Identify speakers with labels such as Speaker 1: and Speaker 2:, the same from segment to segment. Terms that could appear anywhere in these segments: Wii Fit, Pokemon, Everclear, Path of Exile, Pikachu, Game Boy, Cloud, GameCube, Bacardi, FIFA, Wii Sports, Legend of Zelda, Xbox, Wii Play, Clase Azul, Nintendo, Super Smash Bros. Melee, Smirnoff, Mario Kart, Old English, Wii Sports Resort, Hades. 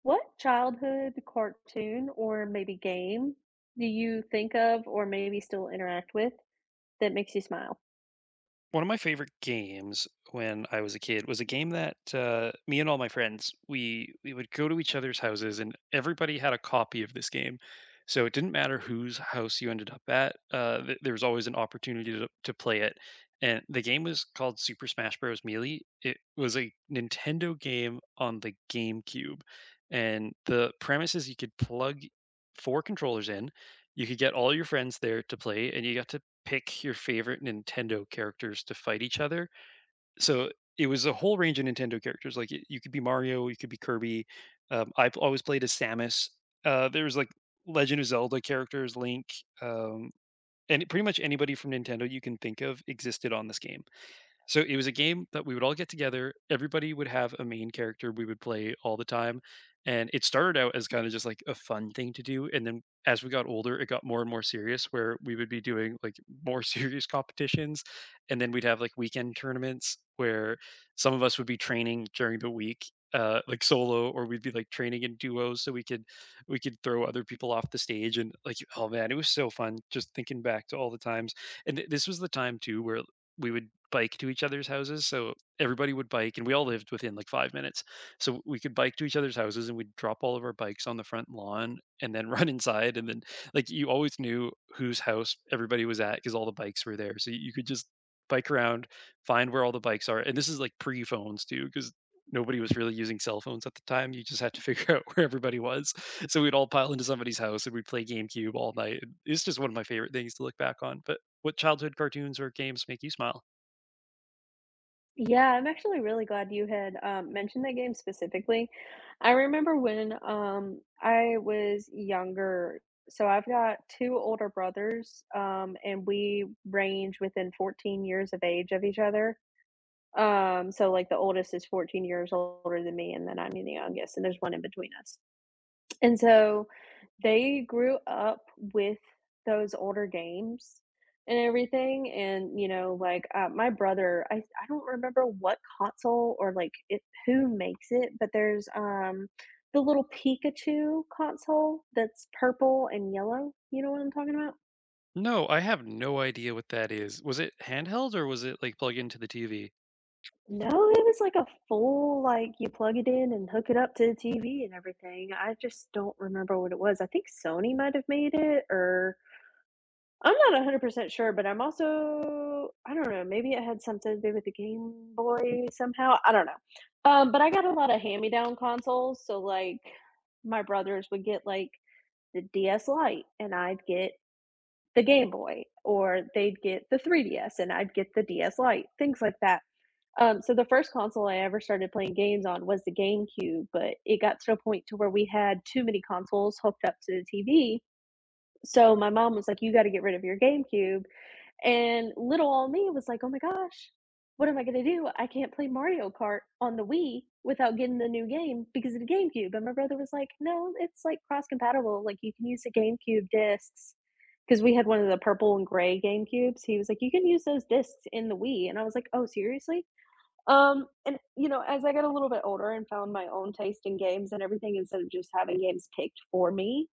Speaker 1: What childhood cartoon or maybe game do you think of or maybe still interact with that makes you smile?
Speaker 2: One of my favorite games when I was a kid was a game that me and all my friends we would go to each other's houses, and everybody had a copy of this game, so it didn't matter whose house you ended up at. There was always an opportunity to play it, and the game was called Super Smash Bros. Melee. It was a Nintendo game on the GameCube, and the premise is you could plug four controllers in. You could get all your friends there to play, and you got to pick your favorite Nintendo characters to fight each other. So it was a whole range of Nintendo characters. You could be Mario, you could be Kirby. I've always played as Samus. There was like Legend of Zelda characters, Link, um, and pretty much anybody from Nintendo you can think of existed on this game. So it was a game that we would all get together. Everybody would have a main character we would play all the time. And it started out as kind of just like a fun thing to do. And then as we got older, it got more and more serious where we would be doing like more serious competitions. And then we'd have like weekend tournaments where some of us would be training during the week, like solo, or we'd be like training in duos so we could throw other people off the stage. And like, oh man, it was so fun just thinking back to all the times. And this was the time too where we would bike to each other's houses. So everybody would bike, and we all lived within like 5 minutes. So we could bike to each other's houses, and we'd drop all of our bikes on the front lawn, and then run inside. And then, like, you always knew whose house everybody was at because all the bikes were there. So you could just bike around, find where all the bikes are. And this is like pre phones too, because nobody was really using cell phones at the time. You just had to figure out where everybody was. So we'd all pile into somebody's house, and we'd play GameCube all night. It's just one of my favorite things to look back on. But what childhood cartoons or games make you smile?
Speaker 1: Yeah, I'm actually really glad you had mentioned that game specifically. I remember when I was younger. So I've got two older brothers, and we range within 14 years of age of each other. So like the oldest is 14 years older than me, and then I'm the youngest, and there's one in between us. And so they grew up with those older games and everything, and, you know, like, my brother, I don't remember what console or, like, it who makes it, but there's, the little Pikachu console that's purple and yellow. You know what I'm talking about?
Speaker 2: No, I have no idea what that is. Was it handheld or was it like plugged into the TV?
Speaker 1: No, it was like a full, like, you plug it in and hook it up to the TV and everything. I just don't remember what it was. I think Sony might have made it, or I'm not 100% sure, but I'm also I don't know, maybe it had something to do with the Game Boy somehow, I don't know. But I got a lot of hand-me-down consoles, so, like, my brothers would get, like, the DS Lite, and I'd get the Game Boy, or they'd get the 3DS, and I'd get the DS Lite, things like that. So the first console I ever started playing games on was the GameCube, but it got to a point to where we had too many consoles hooked up to the TV, so my mom was like, "You gotta get rid of your GameCube." And little old me was like, oh my gosh, what am I going to do? I can't play Mario Kart on the Wii without getting the new game because of the GameCube. And my brother was like, no, it's like cross compatible. Like you can use the GameCube discs because we had one of the purple and gray GameCubes. He was like, you can use those discs in the Wii. And I was like, oh, seriously? And you know, as I got a little bit older and found my own taste in games and everything, instead of just having games picked for me,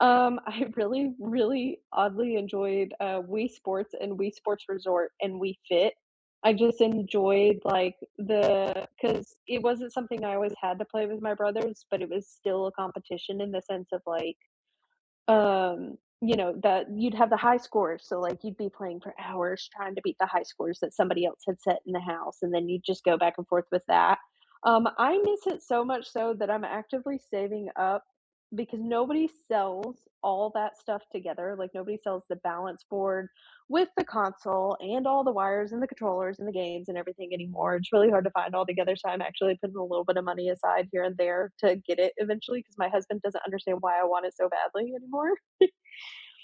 Speaker 1: I really, really oddly enjoyed, Wii Sports and Wii Sports Resort and Wii Fit. I just enjoyed, like, the because it wasn't something I always had to play with my brothers, but it was still a competition in the sense of, like, you know, that you'd have the high scores, so, like, you'd be playing for hours trying to beat the high scores that somebody else had set in the house, and then you'd just go back and forth with that. I miss it so much so that I'm actively saving up because nobody sells all that stuff together, like, nobody sells the balance board, with the console and all the wires and the controllers and the games and everything anymore. It's really hard to find all together. So I'm actually putting a little bit of money aside here and there to get it eventually because my husband doesn't understand why I want it so badly anymore.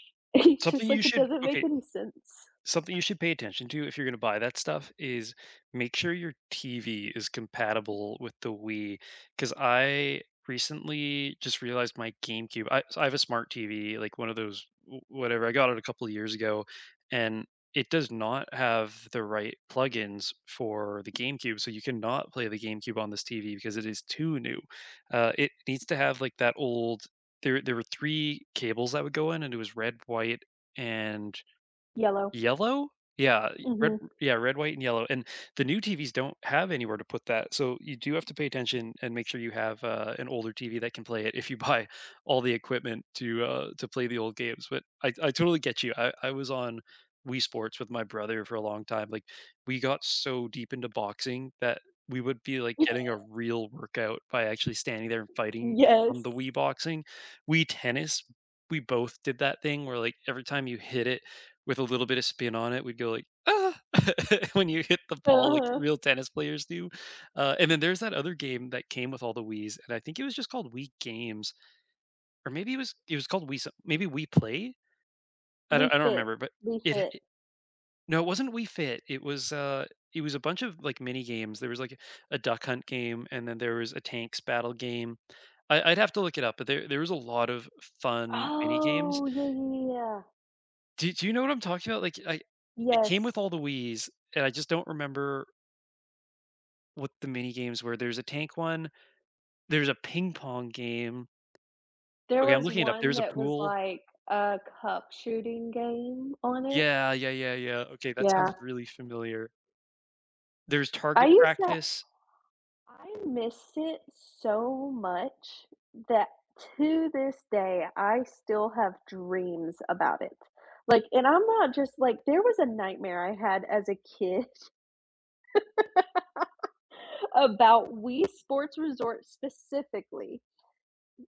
Speaker 1: He's just
Speaker 2: Something you
Speaker 1: like, it
Speaker 2: should
Speaker 1: doesn't make
Speaker 2: okay,
Speaker 1: any sense.
Speaker 2: Something you should pay attention to if you're gonna buy that stuff is make sure your TV is compatible with the Wii. Because I recently just realized my GameCube, I so I have a smart TV, like one of those w whatever, I got it a couple of years ago, and it does not have the right plugins for the GameCube, so you cannot play the GameCube on this TV because it is too new. It needs to have, like, that old, there were 3 cables that would go in, and it was red, white, and
Speaker 1: Yellow.
Speaker 2: Yellow? Yeah, y red,
Speaker 1: Hmm.
Speaker 2: yeah, red, white, and yellow, and the new TVs don't have anywhere to put that, so you do have to pay attention and make sure you have, an older TV that can play it if you buy all the equipment to play the old games. But I totally get you. I was on Wii Sports with my brother for a long time, like, we got so deep into boxing that we would be, like, getting a real workout by actually standing there and fighting
Speaker 1: Yes.
Speaker 2: on the Wii boxing. Wii tennis, we both did that thing where, like, every time you hit it with a little bit of spin on it, we'd go like, "Ah!" when you hit the ball like
Speaker 1: Uh-huh.
Speaker 2: real tennis players do. And then there's that other game that came with all the Wiis, and I think it was just called Wii Games, or maybe it was called Wii some maybe Wii Play?
Speaker 1: We
Speaker 2: I don't
Speaker 1: fit.
Speaker 2: remember, but
Speaker 1: We
Speaker 2: it h
Speaker 1: fit.
Speaker 2: no, it wasn't Wii Fit, it was a bunch of, like, mini games. There was, like, a duck hunt game, and then there was a tanks battle game. I'd have to look it up, but there was a lot of fun mini games.
Speaker 1: Oh, yeah, yeah, yeah, yeah.
Speaker 2: Do you know what I'm talking about? Like, I it came with all
Speaker 1: Yes.
Speaker 2: the Wiis, and I just don't remember what the mini games were. There's a tank one, there's a ping pong game.
Speaker 1: There
Speaker 2: Okay, I'm
Speaker 1: was
Speaker 2: looking it up.
Speaker 1: one
Speaker 2: There's a
Speaker 1: that was
Speaker 2: pool.
Speaker 1: like a cup shooting game on it.
Speaker 2: Yeah, yeah, yeah, yeah. Okay, that
Speaker 1: Yeah.
Speaker 2: sounds really familiar. There's
Speaker 1: I
Speaker 2: target
Speaker 1: used to
Speaker 2: practice.
Speaker 1: I miss it so much that to this day, I still have dreams about it. Like, and I'm not just like, there was a nightmare I had as a kid about Wii Sports Resort specifically.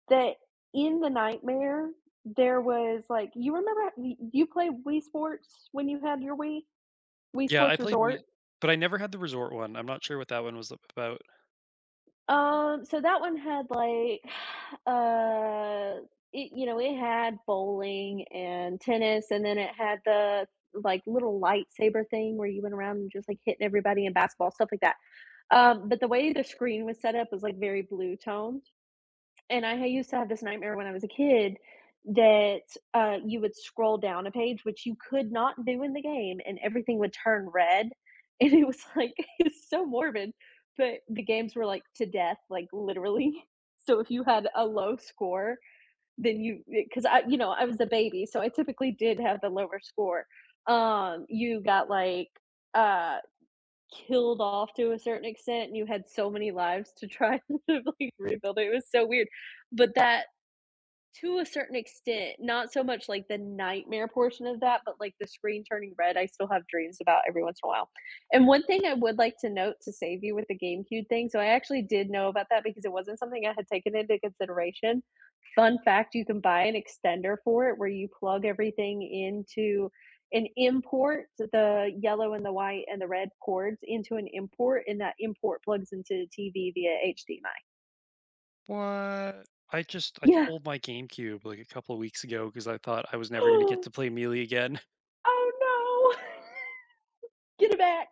Speaker 1: That in the nightmare, there was like, you remember, you played Wii Sports when you had your Wii? Wii
Speaker 2: Yeah, I
Speaker 1: Sports
Speaker 2: played
Speaker 1: Resort?
Speaker 2: Wii, but I never had the resort one. I'm not sure what that one was about.
Speaker 1: So that one had like, uh, it, you know, it had bowling and tennis, and then it had the like little lightsaber thing where you went around and just like hitting everybody in basketball, stuff like that. But the way the screen was set up was like very blue tone. And I used to have this nightmare when I was a kid that, you would scroll down a page, which you could not do in the game, and everything would turn red, and it was, like, it's so morbid, but the games were, like, to death, like, literally. So if you had a low score, then you because I you know, I was a baby, so I typically did have the lower score. You got, like, uh killed off to a certain extent, and you had so many lives to try to, like, rebuild it, it was so weird, but that to a certain extent, not so much like the nightmare portion of that, but like the screen turning red, I still have dreams about every once in a while. And one thing I would like to note to save you with the GameCube thing, so I actually did know about that because it wasn't something I had taken into consideration. Fun fact, you can buy an extender for it where you plug everything into an import the yellow and the white and the red cords into an import, and that import plugs into the TV via HDMI.
Speaker 2: What? I
Speaker 1: Yeah.
Speaker 2: sold my GameCube like a couple of weeks ago because I thought I was never going to get to play Melee again.
Speaker 1: Oh, no. Get it back.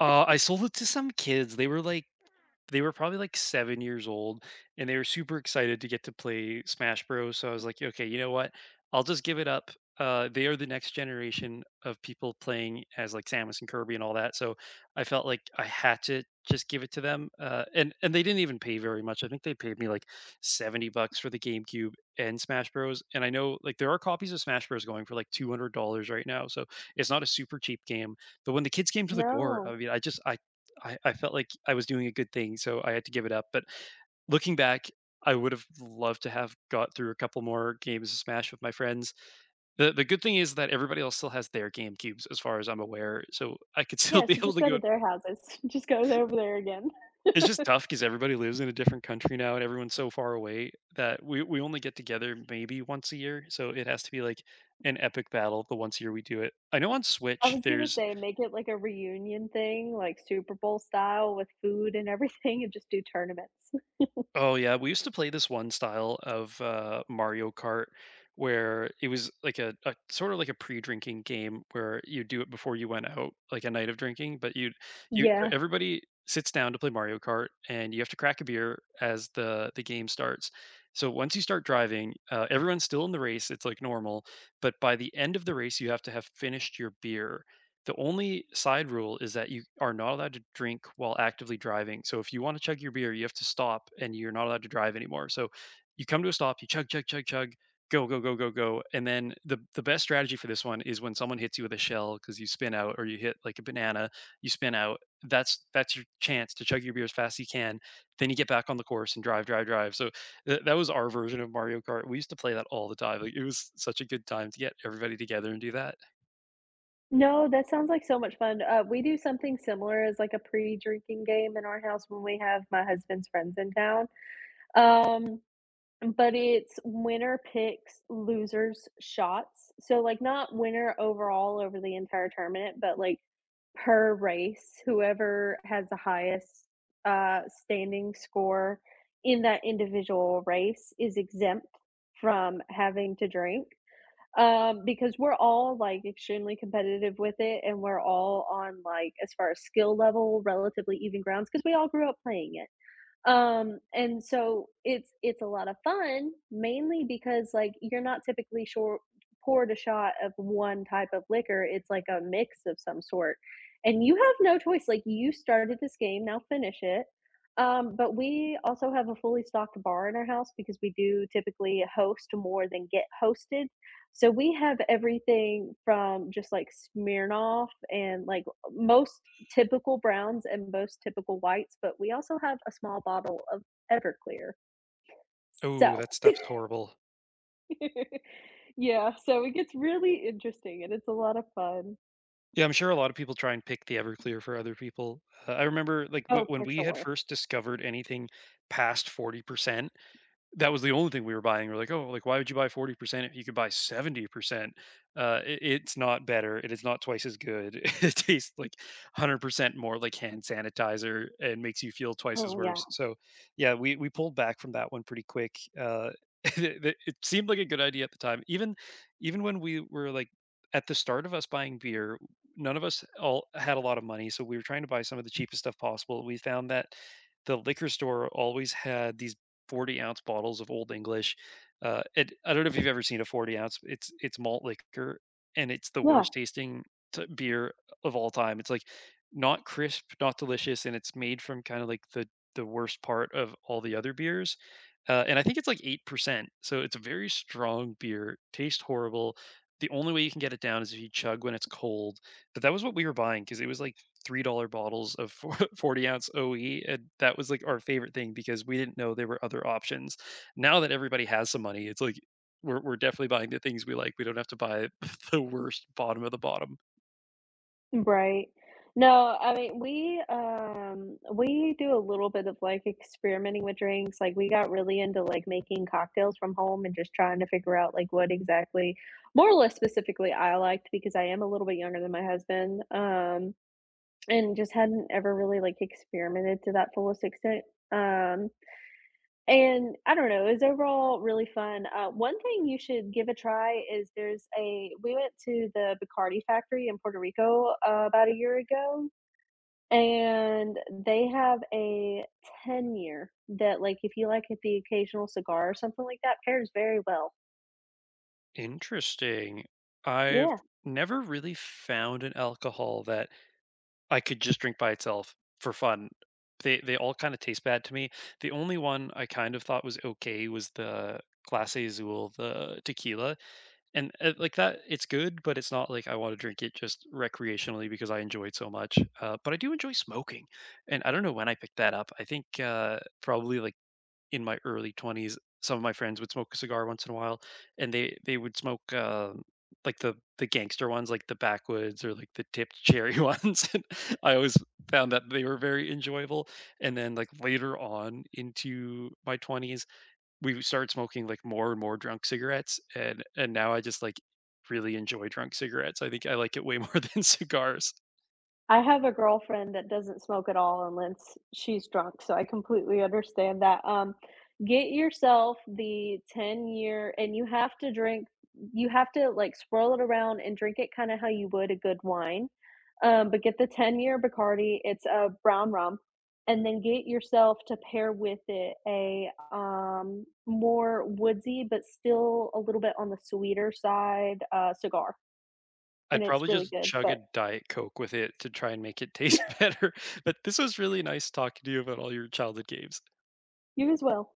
Speaker 2: I sold it to some kids. They were probably like 7 years old, and they were super excited to get to play Smash Bros. So I was like, "Okay, you know what? I'll just give it up." They are the next generation of people playing as like Samus and Kirby and all that. So I felt like I had to just give it to them. And they didn't even pay very much. I think they paid me like $70 for the GameCube and Smash Bros. And I know like there are copies of Smash Bros going for like $200 right now. So it's not a super cheap game, but when the kids came to the door, I
Speaker 1: No.
Speaker 2: mean, I felt like I was doing a good thing, so I had to give it up. But looking back, I would have loved to have got through a couple more games of Smash with my friends. The good thing is that everybody else still has their GameCubes as far as I'm aware, so I could still
Speaker 1: Yeah,
Speaker 2: be
Speaker 1: so
Speaker 2: able
Speaker 1: just
Speaker 2: to
Speaker 1: go to
Speaker 2: go.
Speaker 1: their houses. Just go over there again.
Speaker 2: It's just tough because everybody lives in a different country now, and everyone's so far away that we only get together maybe once a year, so it has to be, like, an epic battle the once a year we do it. I know on
Speaker 1: I
Speaker 2: Switch,
Speaker 1: was gonna
Speaker 2: there's
Speaker 1: say make it like a reunion thing, like Super Bowl style with food and everything, and just do tournaments.
Speaker 2: Oh yeah, we used to play this one style of Mario Kart where it was like a sort of like a pre-drinking game where you do it before you went out, like a night of drinking. But you so
Speaker 1: Yeah.
Speaker 2: everybody sits down to play Mario Kart, and you have to crack a beer as the game starts. So once you start driving, everyone's still in the race. It's like normal, but by the end of the race, you have to have finished your beer. The only side rule is that you are not allowed to drink while actively driving. So if you want to chug your beer, you have to stop and you're not allowed to drive anymore. So you come to a stop, you chug, chug, chug, chug, go, go, go, go, go. And then the best strategy for this one is when someone hits you with a shell because you spin out, or you hit like a banana, you spin out. That's your chance to chug your beer as fast as you can. Then you get back on the course and drive, drive, drive. So that was our version of Mario Kart. We used to play that all the time. Like, it was such a good time to get everybody together and do that.
Speaker 1: No, that sounds like so much fun. We do something similar as like a pre-drinking game in our house when we have my husband's friends in town. Um, But it's winner picks losers' shots. So, like, not winner overall over the entire tournament, but like per race, whoever has the highest standing score in that individual race is exempt from having to drink. Because we're all like extremely competitive with it, and we're all on like as far as skill level relatively even grounds because we all grew up playing it. And so it's a lot of fun, mainly because, like, you're not typically sure poured a shot of one type of liquor, it's like a mix of some sort, and you have no choice, like, you started this game, now finish it. But we also have a fully stocked bar in our house because we do typically host more than get hosted. So we have everything from just, like, Smirnoff and, like, most typical browns and most typical whites, but we also have a small bottle of Everclear.
Speaker 2: Oh,
Speaker 1: So,
Speaker 2: that stuff's horrible.
Speaker 1: yeah, so it gets really interesting and it's a lot of fun.
Speaker 2: Yeah, I'm sure a lot of people try and pick the Everclear for other people. I remember like
Speaker 1: Oh,
Speaker 2: when
Speaker 1: for
Speaker 2: we had
Speaker 1: sure.
Speaker 2: first discovered anything past 40%, that was the only thing we were buying. We're like, "Oh, like, why would you buy 40% if you could buy 70%?" It's not better, it is not twice as good. It tastes like 100% more like hand sanitizer and makes you feel twice as
Speaker 1: Oh, yeah.
Speaker 2: worse. So, yeah, we pulled back from that one pretty quick. It seemed like a good idea at the time. Even when we were, like, at the start of us buying beer, none of us all had a lot of money, so we were trying to buy some of the cheapest stuff possible. We found that the liquor store always had these 40-ounce bottles of Old English. I don't know if you've ever seen a 40 ounce. It's malt liquor, and it's the
Speaker 1: Yeah,
Speaker 2: worst tasting beer of all time. It's like not crisp, not delicious, and it's made from kind of like the worst part of all the other beers. And I think it's like 8%. So it's a very strong beer, tastes horrible. The only way you can get it down is if you chug when it's cold. But that was what we were buying because it was like $3 bottles of 40 ounce OE. And that was like our favorite thing because we didn't know there were other options. Now that everybody has some money, it's like we're definitely buying the things we like. We don't have to buy the worst bottom of the bottom.
Speaker 1: right. No, I mean, we do a little bit of like experimenting with drinks. Like we got really into like making cocktails from home and just trying to figure out like what exactly, more or less specifically I liked because I am a little bit younger than my husband. And just hadn't ever really, like, experimented to that fullest extent, um, and I don't know, it was overall really fun. One thing you should give a try is there's a we went to the Bacardi factory in Puerto Rico, about a year ago, and they have a 10 year that, like, if you like the occasional cigar or something like that, pairs very well.
Speaker 2: Interesting. I've
Speaker 1: Yeah.
Speaker 2: never really found an alcohol that I could just drink by itself for fun. They all kinda taste bad to me. The only one I kind of thought was okay was the Clase Azul, the tequila, and, like that it's good, but it's not like I wanna drink it just recreationally because I enjoy it so much. But I do enjoy smoking, and I don't know when I picked that up. I think, probably, like, in my early 20s, some of my friends would smoke a cigar once in a while, and they would smoke like the gangster ones, like the backwoods or like the tipped cherry ones. And I always found that they were very enjoyable. And then like later on into my 20s, we started smoking like more and more drunk cigarettes, and now I just like really enjoy drunk cigarettes. I think I like it way more than cigars.
Speaker 1: I have a girlfriend that doesn't smoke at all unless she's drunk, so I completely understand that. Get yourself the 10-year and you have to, like, swirl it around and drink it kinda how you would a good wine, but get the 10-year Bacardi, it's a brown rum, and then get yourself to pair with it a, more woodsy, but still a little bit on the sweeter side, cigar,
Speaker 2: I'd
Speaker 1: and it's
Speaker 2: probably
Speaker 1: really
Speaker 2: just
Speaker 1: good,
Speaker 2: chug a
Speaker 1: but
Speaker 2: Diet Coke with it to try and make it taste better, but this was really nice talking to you about all your childhood games.
Speaker 1: you as well.